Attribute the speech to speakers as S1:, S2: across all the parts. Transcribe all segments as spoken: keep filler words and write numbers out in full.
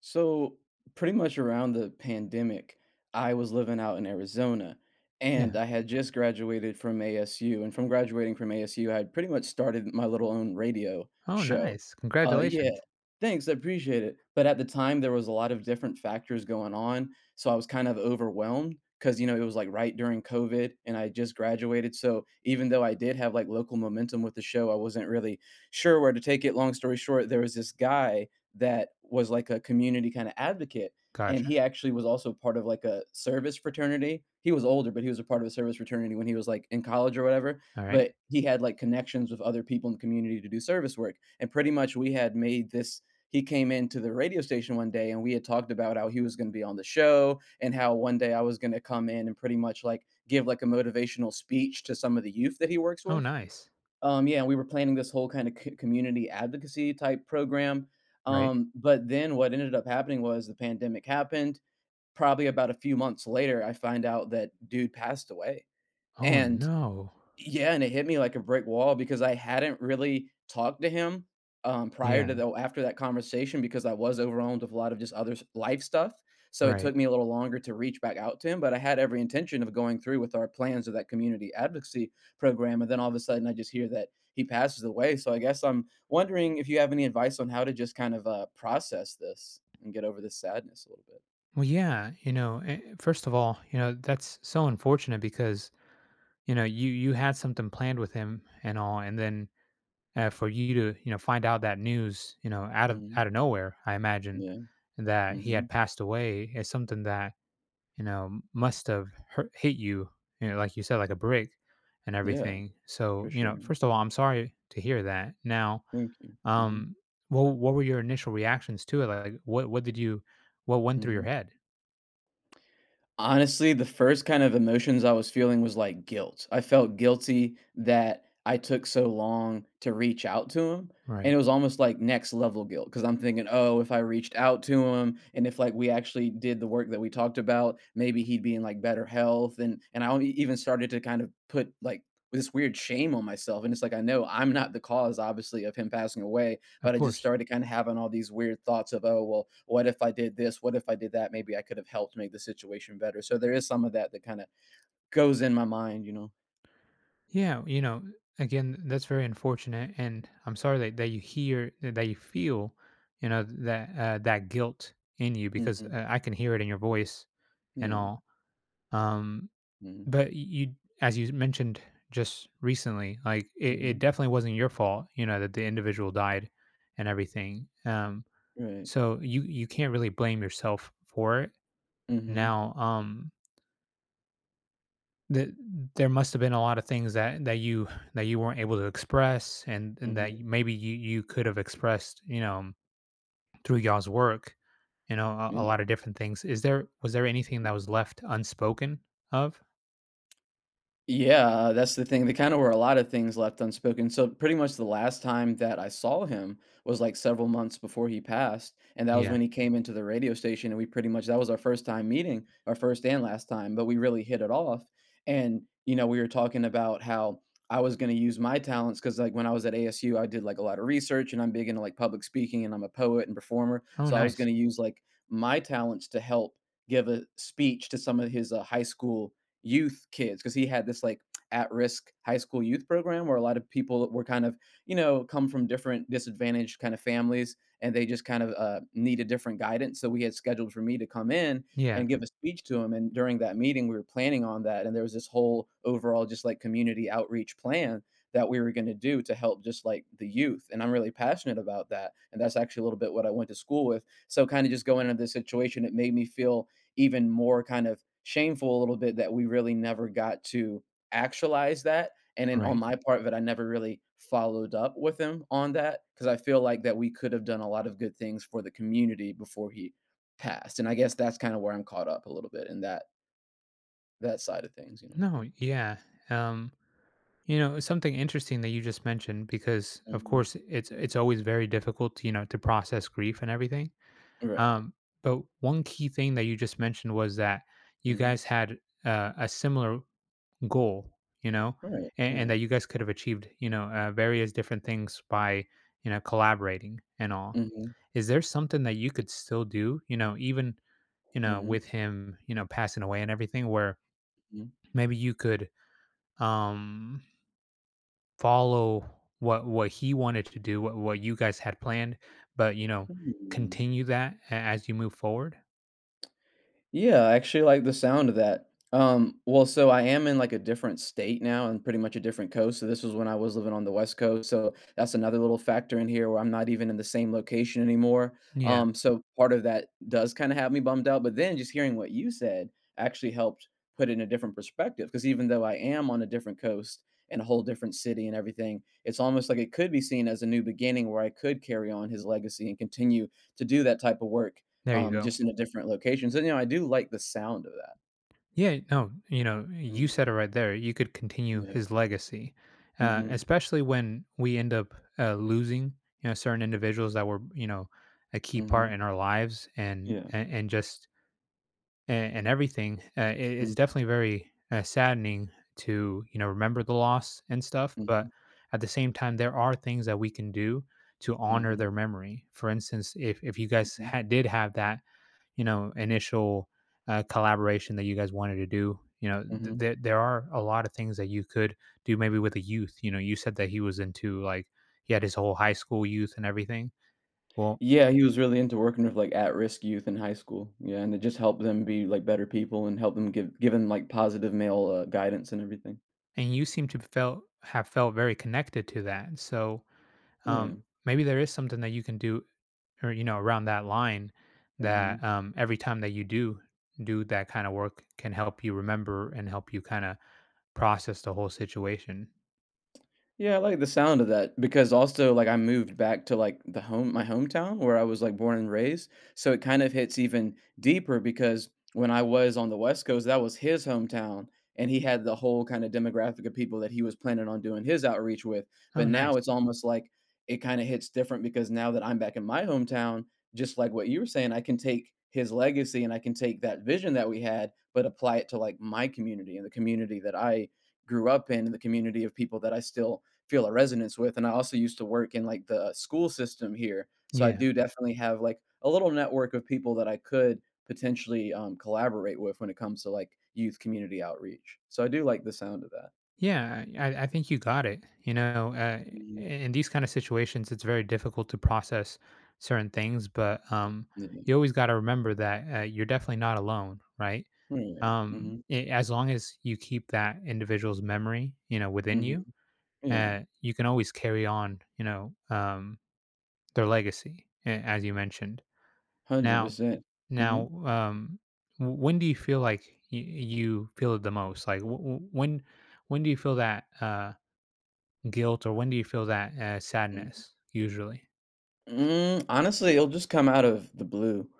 S1: So, pretty much around the pandemic, I was living out in Arizona and
S2: Yeah.
S1: I had just graduated from A S U. And from graduating from A S U, I had pretty much started my little own radio
S2: Oh,
S1: show.
S2: nice.
S1: Uh, yeah,
S2: Congratulations.
S1: thanks. I appreciate it. But at the time, there was a lot of different factors going on. So, I was kind of overwhelmed because, you know, it was like right during COVID and I had just graduated. So, even though I did have like local momentum with the show, I wasn't really sure where to take it. Long story short, there was this guy that was like a community kind of advocate, and
S2: Gotcha.
S1: he actually was also part of like a service fraternity. He was older, but he was a part of a service fraternity when he was like in college or whatever.
S2: Alright.
S1: But he had like connections with other people in the community to do service work. And pretty much we had made this. He came into the radio station one day and we had talked about how he was going to be on the show and how one day I was going to come in and pretty much like give like a motivational speech to some of the youth that he works
S2: Oh,
S1: with.
S2: nice.
S1: Um, yeah, and we were planning this whole kind of c community advocacy type program,
S2: Right.
S1: um, but then what ended up happening was the pandemic happened. Probably about a few months later, I find out that dude passed away,
S2: Oh,
S1: and
S2: no.
S1: yeah, and it hit me like a brick wall because I hadn't really talked to him, um, prior to
S2: Yeah.
S1: the after that conversation because I was overwhelmed with a lot of just other s life stuff, so it took
S2: Right.
S1: me a little longer to reach back out to him, but I had every intention of going through with our plans of that community advocacy program, and then all of a sudden, I just hear that he passes away, so I guess I'm wondering if you have any advice on how to just kind of, uh, process this and get over this sadness a little bit.
S2: Well, yeah, you know, eh, first of all, you know, that's so unfortunate because, you know, you you had something planned with him and all, and then, uh, for you to, you know, find out that news, you know, out of
S1: Mhm.
S2: out of nowhere, I imagine,
S1: Yeah.
S2: that he had
S1: Mhm.
S2: passed away is something that you know, must have hurt, hit you, you know, like you said, like a brick and
S1: Yeah,
S2: everything.
S1: for
S2: So, you know,
S1: sure.
S2: first of all, I'm sorry to hear that. Now,
S1: Thank you. Mhm.
S2: um, what what were your initial reactions to it? Like, what, what did you, what went through your
S1: Mhm.
S2: head?
S1: Honestly, the first kind of emotions I was feeling was like guilt. I felt guilty that I took so long to reach out to him. And it
S2: Right.
S1: was almost like next level guilt because I'm thinking, oh, if I reached out to him and if like we actually did the work that we talked about, maybe he'd be in like better health. And and I only even started to kind of put like this weird shame on myself. And it's like I know I'm not the cause, obviously, of him passing away, but
S2: Of
S1: I just
S2: course.
S1: started kind of having all these weird thoughts of, oh, well, what if I did this? What if I did that? Maybe I could have helped make the situation better. So there is some of that that kind of goes in my mind, you know?
S2: Yeah. You know, again, that's very unfortunate. And I'm sorry that, that you hear, that that you feel, you know, that, uh, that guilt in you because
S1: Hmm.
S2: uh, I can hear it in your voice and
S1: Yeah.
S2: all. Um,
S1: Hmm.
S2: But you as you mentioned just recently, like, it it
S1: Hmm.
S2: definitely wasn't your fault, you know, that the individual died and everything, um,
S1: Right.
S2: so you you can't really blame yourself for it.
S1: Hmm.
S2: Now, um, the there must have been a lot of things that that you that you weren't able to express and and
S1: Hmm.
S2: that maybe you you could have expressed, you know, through y'all's work, you know, a a
S1: Yeah.
S2: lot of different things. Is there was there anything that was left unspoken of?
S1: Yeah, that's the thing. There kinda were a lot of things left unspoken. So pretty much the last time that I saw him was, like, several months before he passed, and that was
S2: Yeah.
S1: when he came into the radio station, and we pretty much that was our first time meeting, our first and last time, but we really hit it off. And, you know, we were talking about how I was gonna use my talents because like, when I was at A S U, I did, like, a lot of research, and I'm big into, like, public speaking, and I'm a poet and performer,
S2: Oh,
S1: so I was
S2: nice.
S1: gonna use, like, my talents to help give a speech to some of his, uh, high school youth kids because he had this like at-risk high school youth program where a lot of people were kind of, you know, come from different disadvantaged kind of families and they just kind of uh, needed different guidance, so we had scheduled for me to come in
S2: Yeah.
S1: and give a speech to him, and during that meeting we were planning on that, and there was this whole overall just like community outreach plan that we were going to do to help just like the youth, and I'm really passionate about that, and that's actually a little bit what I went to school with, so kind of just going into this situation it made me feel even more kind of shameful a little bit that we really never got to actualize that. And then on
S2: Right.
S1: my part that I never really followed up with him on that because I feel like that we could have done a lot of good things for the community before he passed. And I guess that's kind of where I'm caught up a little bit in that that side of things, you know.
S2: No, yeah. Um, you know, something interesting that you just mentioned because of
S1: Mhm.
S2: course it's it's always very difficult to, you know, to process grief and everything.
S1: Right.
S2: Um, but one key thing that you just mentioned was that you
S1: Mhm.
S2: guys had uh, a similar goal, you know,
S1: Right.
S2: and, and
S1: Yeah.
S2: that you guys could have achieved, you know, uh, various different things by, you know, collaborating and all.
S1: Mhm.
S2: Is there something that you could still do, you know, even you know
S1: Mhm.
S2: with him you know passing away and everything where
S1: Mhm.
S2: maybe you could um Follow what what he wanted to do, what what you guys had planned, but, you know,
S1: Hmm.
S2: continue that a as you move forward.
S1: Yeah, I actually like the sound of that. Um, well, so I am in like a different state now and pretty much a different coast. So this was when I was living on the West Coast. So that's another little factor in here where I'm not even in the same location anymore.
S2: Yeah,
S1: Um, so part of that does kind of have me bummed out. But then just hearing what you said actually helped put it in a different perspective. Because even though I am on a different coast and a whole different city and everything, it's almost like it could be seen as a new beginning where I could carry on his legacy and continue to do that type of work,
S2: there you
S1: um,
S2: go.
S1: just in a different location. So, you know, I do like the sound of that.
S2: Yeah, no, you know, you
S1: Mhm,
S2: said it right there. You could continue
S1: yeah.
S2: his legacy, uh,
S1: Mhm,
S2: especially when we end up, uh, losing, you know, certain individuals that were, you know, a key
S1: mhm,
S2: part in our lives and
S1: yeah.
S2: a and just and, and everything, uh, it,
S1: Mm,
S2: it's definitely very uh, saddening to you know remember the loss and stuff. But
S1: mhm,
S2: at the same time, there are things that we can do to honor
S1: mhm,
S2: their memory. For instance, if if you guys
S1: mhm,
S2: had, did have that you know initial uh, collaboration that you guys wanted to do, you know th-
S1: mhm.
S2: there there are a lot of things that you could do maybe with a youth. You know, you said that he was into like he had his whole high school youth and everything. Well,
S1: Yeah, he was really into working with, like, at-risk youth in high school, yeah, and it just helped them be, like, better people and help them give given like, positive male, uh, guidance and everything.
S2: and you seem to felt have felt very connected to that. So
S1: Yeah,
S2: um, maybe there is something that you can do or you know around that line that
S1: mhm.
S2: um, every time that you do do that kind of work can help you remember and help you kind of process the whole situation.
S1: Yeah, I like the sound of that because also like I moved back to like the home my hometown where I was like born and raised. So it kind of hits even deeper because when I was on the West Coast, that was his hometown and he had the whole kind of demographic of people that he was planning on doing his outreach with.
S2: Oh,
S1: But now
S2: nice.
S1: it's almost like it kind of hits different because now that I'm back in my hometown, just like what you were saying, I can take his legacy and I can take that vision that we had, but apply it to like my community and the community that I grew up in and the community of people that I still feel a resonance with, and I also used to work in, like, the uh, school system here, so I
S2: Yeah,
S1: do definitely have, like, a little network of people that I could potentially, um, collaborate with when it comes to, like, youth community outreach. So I do like the sound of that.
S2: yeah, i, I think you got it you know uh,
S1: Mhm.
S2: in these kind of situations it's very difficult to process certain things but um,
S1: Yeah.
S2: you always got to remember that uh, you're definitely not alone, right?
S1: Right.
S2: um,
S1: Mhm.
S2: i- as long as you keep that individual's memory you know within
S1: Mhm.
S2: you,
S1: Yeah.
S2: uh, you can always carry on, you know, um, their legacy, a- as you mentioned. Now,
S1: one hundred percent.
S2: now,
S1: Mhm.
S2: um, w- when do you feel like y- you feel it the most? Like, w- w- when, when do you feel that uh, guilt, or when do you feel that uh,
S1: Mm.
S2: sadness? Usually,
S1: Mm, honestly, it'll just come out of the blue,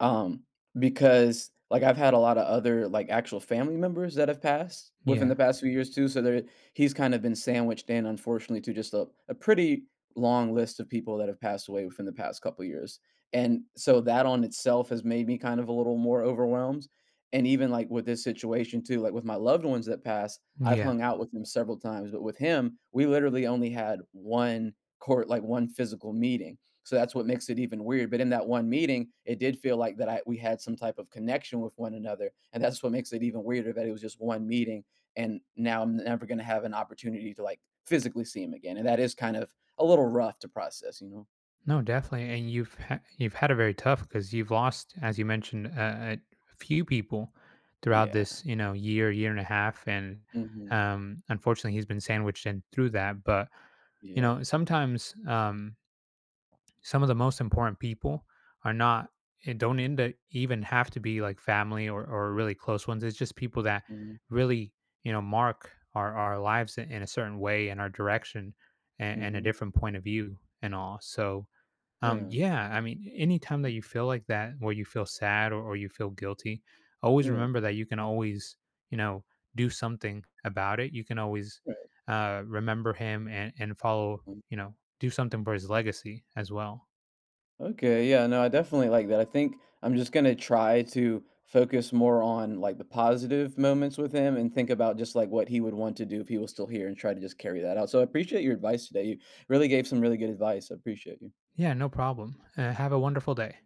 S1: um, because, like, I've had a lot of other, like, actual family members that have passed within
S2: yeah,
S1: the past few years too, so there he's kind of been sandwiched in, unfortunately, to just a a pretty long list of people that have passed away within the past couple years, and so that on itself has made me kind of a little more overwhelmed, and even, like, with this situation too, like, with my loved ones that passed, I've
S2: yeah,
S1: hung out with them several times, but with him, we literally only had one court like, one physical meeting. So that's what makes it even weird. But in that one meeting, it did feel like that I, we had some type of connection with one another. And that's what makes it even weirder that it was just one meeting. And now I'm never going to have an opportunity to like physically see him again. And that is kind of a little rough to process, you know?
S2: no, definitely. And you've ha- you've had it very tough because you've lost, as you mentioned, uh, a few people throughout
S1: Yeah.
S2: this, you know, year, year and a half, and
S1: Hmm.
S2: um, unfortunately, he's been sandwiched in through that, but you
S1: Yeah.
S2: know, sometimes um, some of the most important people are not it don't end up even have to be like family or, or really close ones. It's just people that
S1: Hmm.
S2: really, you know, mark our, our lives in, in a certain way and our direction and, and a
S1: Hmm.
S2: different point of view and all. So um,
S1: Yeah.
S2: yeah, I mean, anytime that you feel like that, where you feel sad or, or you feel guilty, always
S1: Yeah.
S2: remember that you can always, you know, do something about it. You can always
S1: Right.
S2: uh, remember him and, and follow, you know, do something for his legacy as well.
S1: Okay, yeah, no, I definitely like that. I think I'm just gonna try to focus more on like the positive moments with him and think about just like what he would want to do if he was still here and try to just carry that out. So I appreciate your advice today. You really gave some really good advice. I appreciate you.
S2: Yeah, no problem. Uh, have a wonderful day.